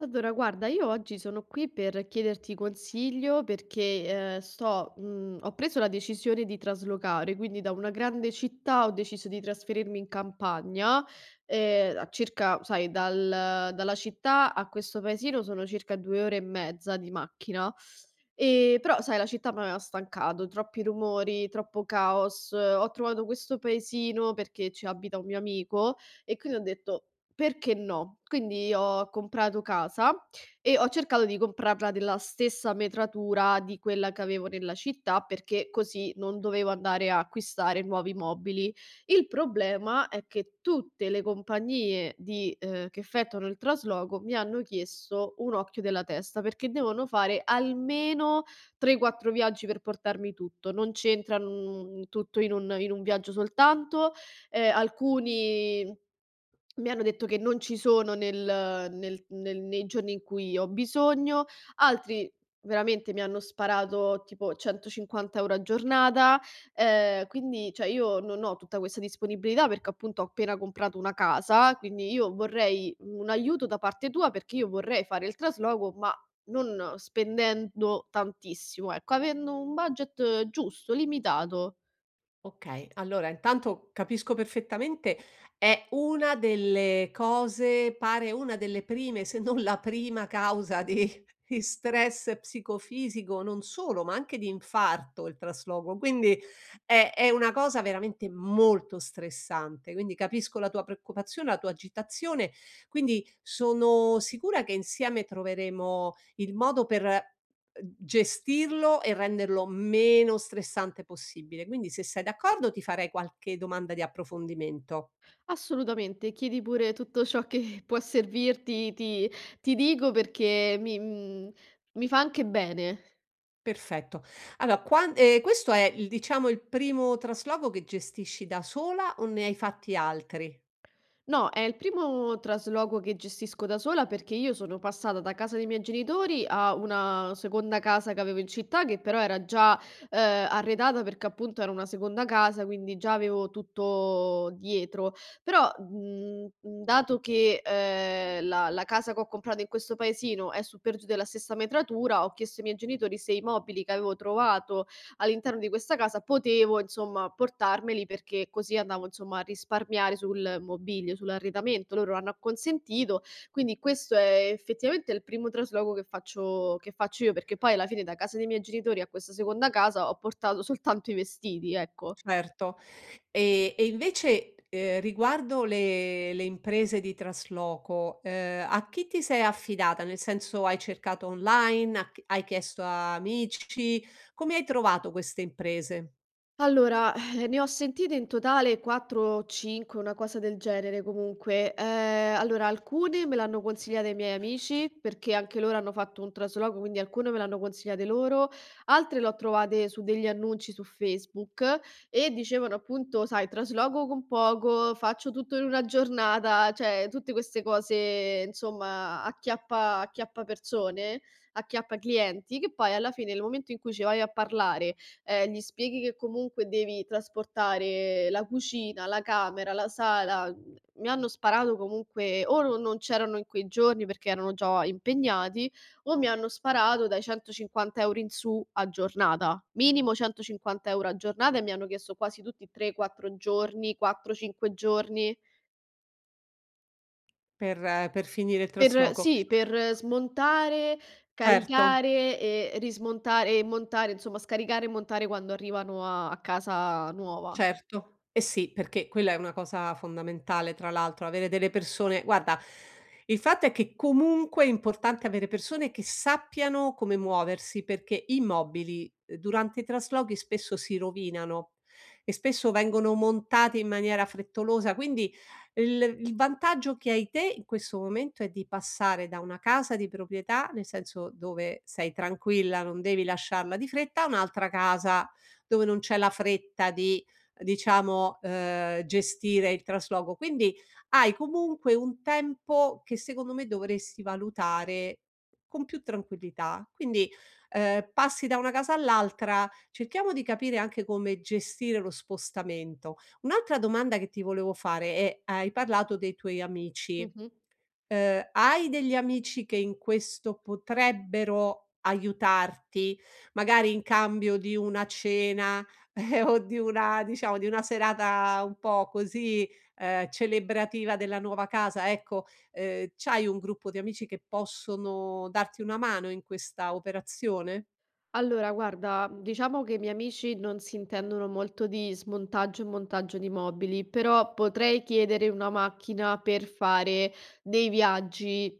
Allora, guarda, io oggi sono qui per chiederti consiglio perché ho preso la decisione di traslocare. Quindi da una grande città ho deciso di trasferirmi in campagna, a circa, sai, dalla città a questo paesino sono circa due ore e mezza di macchina. E però, sai, la città mi aveva stancato, troppi rumori, troppo caos. Ho trovato questo paesino perché ci abita un mio amico, e quindi ho detto perché no? Quindi ho comprato casa e ho cercato di comprarla della stessa metratura di quella che avevo nella città, perché così non dovevo andare a acquistare nuovi mobili. Il problema è che tutte le compagnie che effettuano il trasloco mi hanno chiesto un occhio della testa, perché devono fare almeno 3, 4 viaggi per portarmi tutto. Non c'entra, mhmm, tutto in un viaggio soltanto. Alcuni mi hanno detto che non ci sono nel nei giorni in cui ho bisogno, altri veramente mi hanno sparato tipo 150 € a giornata. Quindi cioè io non ho tutta questa disponibilità, perché appunto ho appena comprato una casa. Quindi io vorrei un aiuto da parte tua, perché io vorrei fare il trasloco, ma non spendendo tantissimo, ecco, avendo un budget giusto, limitato. Okay, allora intanto capisco perfettamente. È una delle cose pare una delle prime, se non la prima causa di stress psicofisico, non solo, ma anche di infarto il trasloco, quindi è una cosa veramente molto stressante, quindi capisco la tua preoccupazione, la tua agitazione, quindi sono sicura che insieme troveremo il modo per, gestirlo e renderlo meno stressante possibile. Quindi se sei d'accordo ti farei qualche domanda di approfondimento. Assolutamente, chiedi pure tutto ciò che può servirti, ti dico perché mi fa anche bene. Perfetto. Allora quan questo è il diciamo il primo trasloco che gestisci da sola o ne hai fatti altri? No, è il primo trasloco che gestisco da sola, perché io sono passata da casa dei miei genitori a una seconda casa che avevo in città, che però era già arredata, perché appunto era una seconda casa, quindi già avevo tutto dietro. Però, dato che la casa che ho comprato in questo paesino è su per giù della stessa metratura, ho chiesto ai miei genitori se i mobili che avevo trovato all'interno di questa casa potevo insomma portarmeli, perché così andavo insomma a risparmiare sul mobilio, sull'arredamento. Loro hanno acconsentito. Quindi questo è effettivamente il primo trasloco che faccio io, perché poi alla fine da casa dei miei genitori a questa seconda casa ho portato soltanto i vestiti, ecco. Certo. E invece, riguardo le imprese di trasloco, a chi ti sei affidata? Nel senso, hai cercato online, ha ch hai chiesto a amici? Come hai trovato queste imprese Allora, ne ho sentite in totale 4 o 5, una cosa del genere comunque. Allora, alcune me l'hanno consigliata i miei amici, perché anche loro hanno fatto un trasloco, quindi alcune me l'hanno consigliate loro, altre le ho trovate su degli annunci su Facebook, e dicevano appunto, sai, trasloco con poco, faccio tutto in una giornata, cioè tutte queste cose, insomma, acchiappa, acchiappa persone, acchiappa clienti, che poi alla fine nel momento in cui ci vai a parlare gli spieghi che comunque devi trasportare la cucina, la camera, la sala mi hanno sparato comunque, o no non c'erano in quei giorni perché erano già impegnati, o mi hanno sparato dai 150 € in su a giornata. Minimo 150 € a giornata, e mi hanno chiesto quasi tutti 3, 4 giorni, 4, 5 giorni per finire il per, trasloco? sì, per smontare, Certo. caricare e rismontare e montare, insomma scaricare e montare quando arrivano a casa nuova. Certo, eh sì, perché quella è una cosa fondamentale tra l'altro, avere delle persone guarda, il fatto è che comunque è importante avere persone che sappiano come muoversi, perché i mobili, durante i traslochi spesso si rovinano e spesso vengono montati in maniera frettolosa, quindi il vantaggio che hai te in questo momento è di passare da una casa di proprietà, nel senso dove sei tranquilla, non devi lasciarla di fretta, a un'altra casa dove non c'è la fretta di diciamo, gestire il trasloco. Quindi hai comunque un tempo che secondo me dovresti valutare con più tranquillità. Quindi, passi da una casa all'altra, cerchiamo di capire anche come gestire lo spostamento. Un'altra domanda che ti volevo fare è: hai parlato dei tuoi amici. Mh-mh. Hai degli amici che in questo potrebbero aiutarti, magari in cambio di una cena, o di una diciamo di una serata un po' così, celebrativa della nuova casa, ecco, c'hai un gruppo di amici che possono darti una mano in questa operazione? Allora guarda, diciamo che i miei amici non si intendono molto di smontaggio e montaggio di mobili, però potrei chiedere una macchina per fare dei viaggi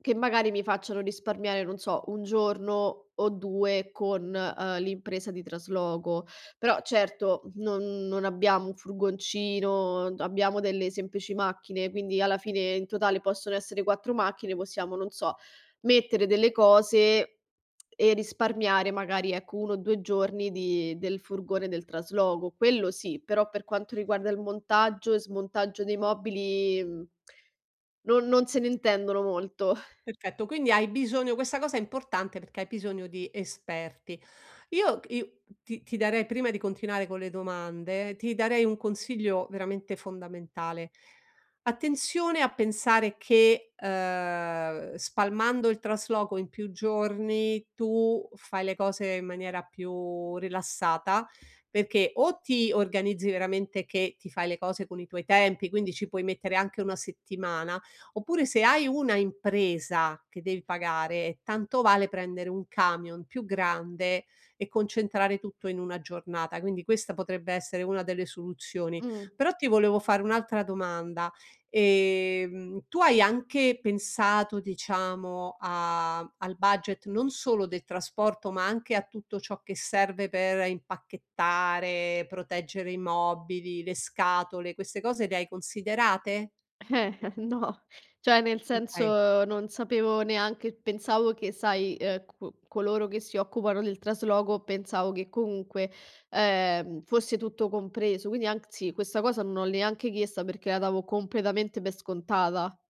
che magari mi facciano risparmiare, non so, 1 giorno o 2 con, l'impresa di trasloco. Però certo non abbiamo un furgoncino, abbiamo delle semplici macchine, quindi alla fine in totale possono essere 4 macchine, possiamo, non so, mettere delle cose e risparmiare magari, ecco, 1 o 2 giorni di del furgone, del trasloco, quello sì. Però per quanto riguarda il montaggio e smontaggio dei mobili, non se ne intendono molto. Perfetto, quindi hai bisogno questa cosa è importante perché hai bisogno di esperti. Io i ti ti darei prima di continuare con le domande, ti darei un consiglio veramente fondamentale. Attenzione a pensare che, spalmando il trasloco in più giorni tu fai le cose in maniera più rilassata, perché o ti organizzi veramente che ti fai le cose con i tuoi tempi, quindi ci puoi mettere anche 1 settimana. Oppure se hai una impresa che devi pagare, tanto vale prendere un camion più grande e concentrare tutto in una giornata, quindi questa potrebbe essere una delle soluzioni. Mh. Però ti volevo fare un'altra domanda: tu hai anche pensato, diciamo, a al budget non solo del trasporto, ma anche a tutto ciò che serve per impacchettare, proteggere i mobili, le scatole, queste cose le hai considerate? Eh, no, cioè nel Okay. senso non sapevo, neanche pensavo che, sai, co coloro che si occupano del trasloco pensavo che comunque, fosse tutto compreso, quindi anzi questa cosa non l'ho neanche chiesta perché la davo completamente per scontata.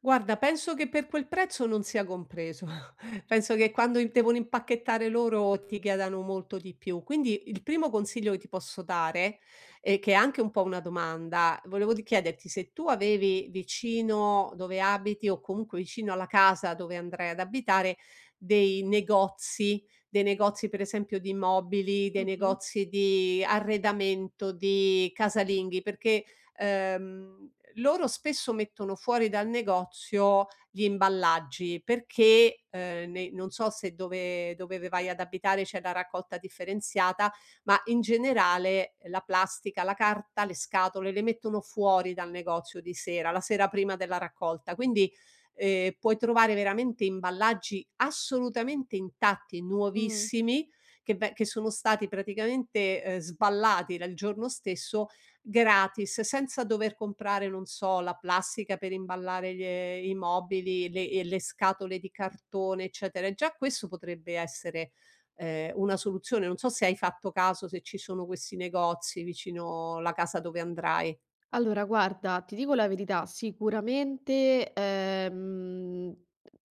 Guarda, penso che per quel prezzo non sia compreso. Penso che quando im devono impacchettare loro ti chiedano molto di più. Quindi il primo consiglio che ti posso dare, e che è anche un po' una domanda, volevo di chiederti se tu avevi vicino dove abiti o comunque vicino alla casa dove andrai ad abitare dei negozi per esempio di mobili, dei Mh-mh. negozi di arredamento, di casalinghi, perché, ehm loro spesso mettono fuori dal negozio gli imballaggi perché, ne non so se dove vai ad abitare c'è la raccolta differenziata, ma in generale la plastica, la carta, le scatole le mettono fuori dal negozio di sera, la sera prima della raccolta. Quindi, puoi trovare veramente imballaggi assolutamente intatti, Mh. nuovissimi, che sono stati praticamente, sballati dal giorno stesso gratis, senza dover comprare, non so, la plastica per imballare gli i mobili, le scatole di cartone, eccetera. E già questo potrebbe essere, una soluzione. Non so se hai fatto caso, se ci sono questi negozi vicino la casa dove andrai. Allora guarda, ti dico la verità, sicuramente, ehm,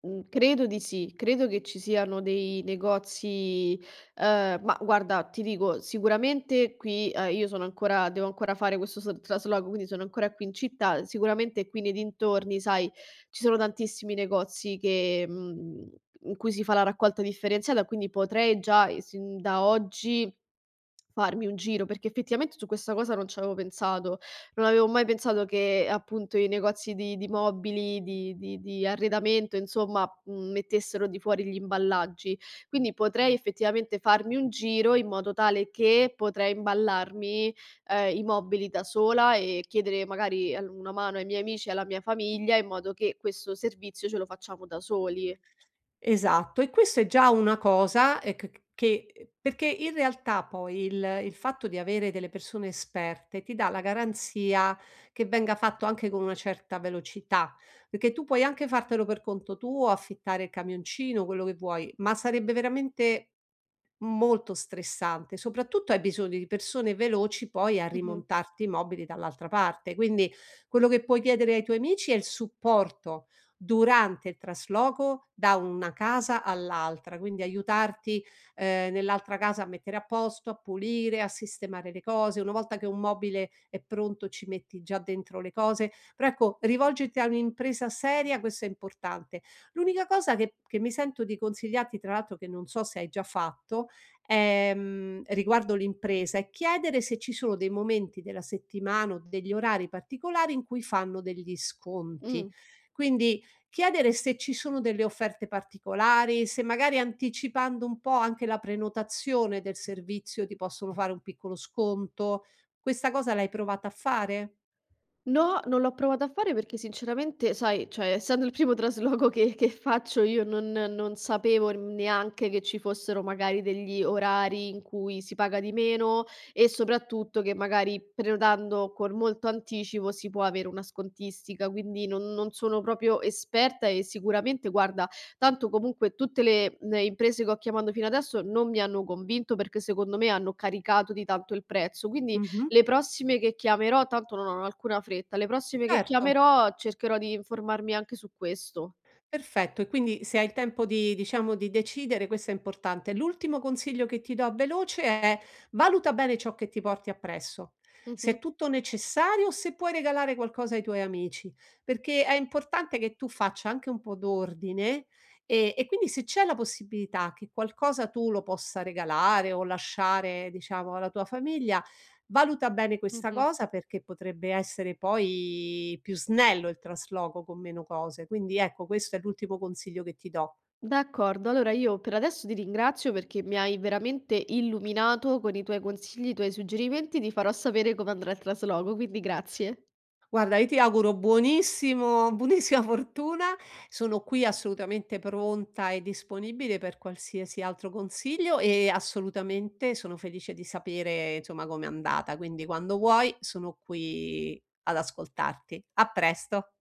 mhmm, credo di sì, credo che ci siano dei negozi. Ma guarda, ti dico, sicuramente qui, io sono ancora, devo ancora fare questo s trasloco, quindi sono ancora qui in città. Sicuramente qui nei dintorni, sai, ci sono tantissimi negozi che in cui si fa la raccolta differenziata, quindi potrei già e sin da oggi farmi un giro, perché effettivamente su questa cosa non ci avevo pensato. Non avevo mai pensato che appunto i negozi di mobili, di arredamento, insomma, mettessero di fuori gli imballaggi. Quindi potrei effettivamente farmi un giro in modo tale che potrei imballarmi, i mobili da sola, e chiedere magari al una mano ai miei amici e alla mia famiglia, in modo che questo servizio ce lo facciamo da soli. Esatto, e questo è già una cosa, c che perché in realtà poi il fatto di avere delle persone esperte ti dà la garanzia che venga fatto anche con una certa velocità, perché tu puoi anche fartelo per conto tuo, affittare il camioncino, quello che vuoi, ma sarebbe veramente molto stressante. Soprattutto hai bisogno di persone veloci poi a Mh-mh. rimontarti i mobili dall'altra parte. Quindi quello che puoi chiedere ai tuoi amici è il supporto durante il trasloco da una casa all'altra, quindi aiutarti, nell'altra casa a mettere a posto, a pulire, a sistemare le cose. Una volta che un mobile è pronto ci metti già dentro le cose, però ecco rivolgerti a un'impresa seria questo è importante. L'unica cosa che mi sento di consigliarti, tra l'altro che non so se hai già fatto, riguardo l'impresa, è chiedere se ci sono dei momenti della settimana o degli orari particolari in cui fanno degli sconti. Mh. Quindi chiedere se ci sono delle offerte particolari, se magari anticipando un po' anche la prenotazione del servizio ti possono fare un piccolo sconto. Questa cosa l'hai provata a fare? No, non l'ho provato a fare perché sinceramente, sai, cioè essendo il primo trasloco che faccio io, non sapevo neanche che ci fossero magari degli orari in cui si paga di meno, e soprattutto che magari prenotando con molto anticipo si può avere una scontistica. Quindi non sono proprio esperta, e sicuramente guarda, tanto comunque tutte le imprese che ho chiamato fino adesso non mi hanno convinto, perché secondo me hanno caricato di tanto il prezzo. Quindi Mh-mh. le prossime che chiamerò tanto non ho alcuna fretta, le prossime che Certo. chiamerò cercherò di informarmi anche su questo. Perfetto, e quindi se hai il tempo di diciamo di decidere questo è importante. L'ultimo consiglio che ti do veloce è: valuta bene ciò che ti porti appresso, se Mh-mh. è tutto necessario o se puoi regalare qualcosa ai tuoi amici, perché è importante che tu faccia anche un po' d'ordine, e quindi se c'è la possibilità che qualcosa tu lo possa regalare o lasciare diciamo alla tua famiglia, valuta bene questa Mh-mh. cosa perché potrebbe essere poi più snello il trasloco con meno cose. Quindi ecco, questo è l'ultimo consiglio che ti do. D'accordo, allora io per adesso ti ringrazio perché mi hai veramente illuminato con i tuoi consigli, i tuoi suggerimenti. Ti farò sapere come andrà il trasloco, quindi grazie. Guarda, io ti auguro buonissimo buonissima fortuna. Sono qui assolutamente pronta e disponibile per qualsiasi altro consiglio e assolutamente sono felice di sapere, insomma, com'è andata. Quindi quando vuoi sono qui ad ascoltarti. A presto.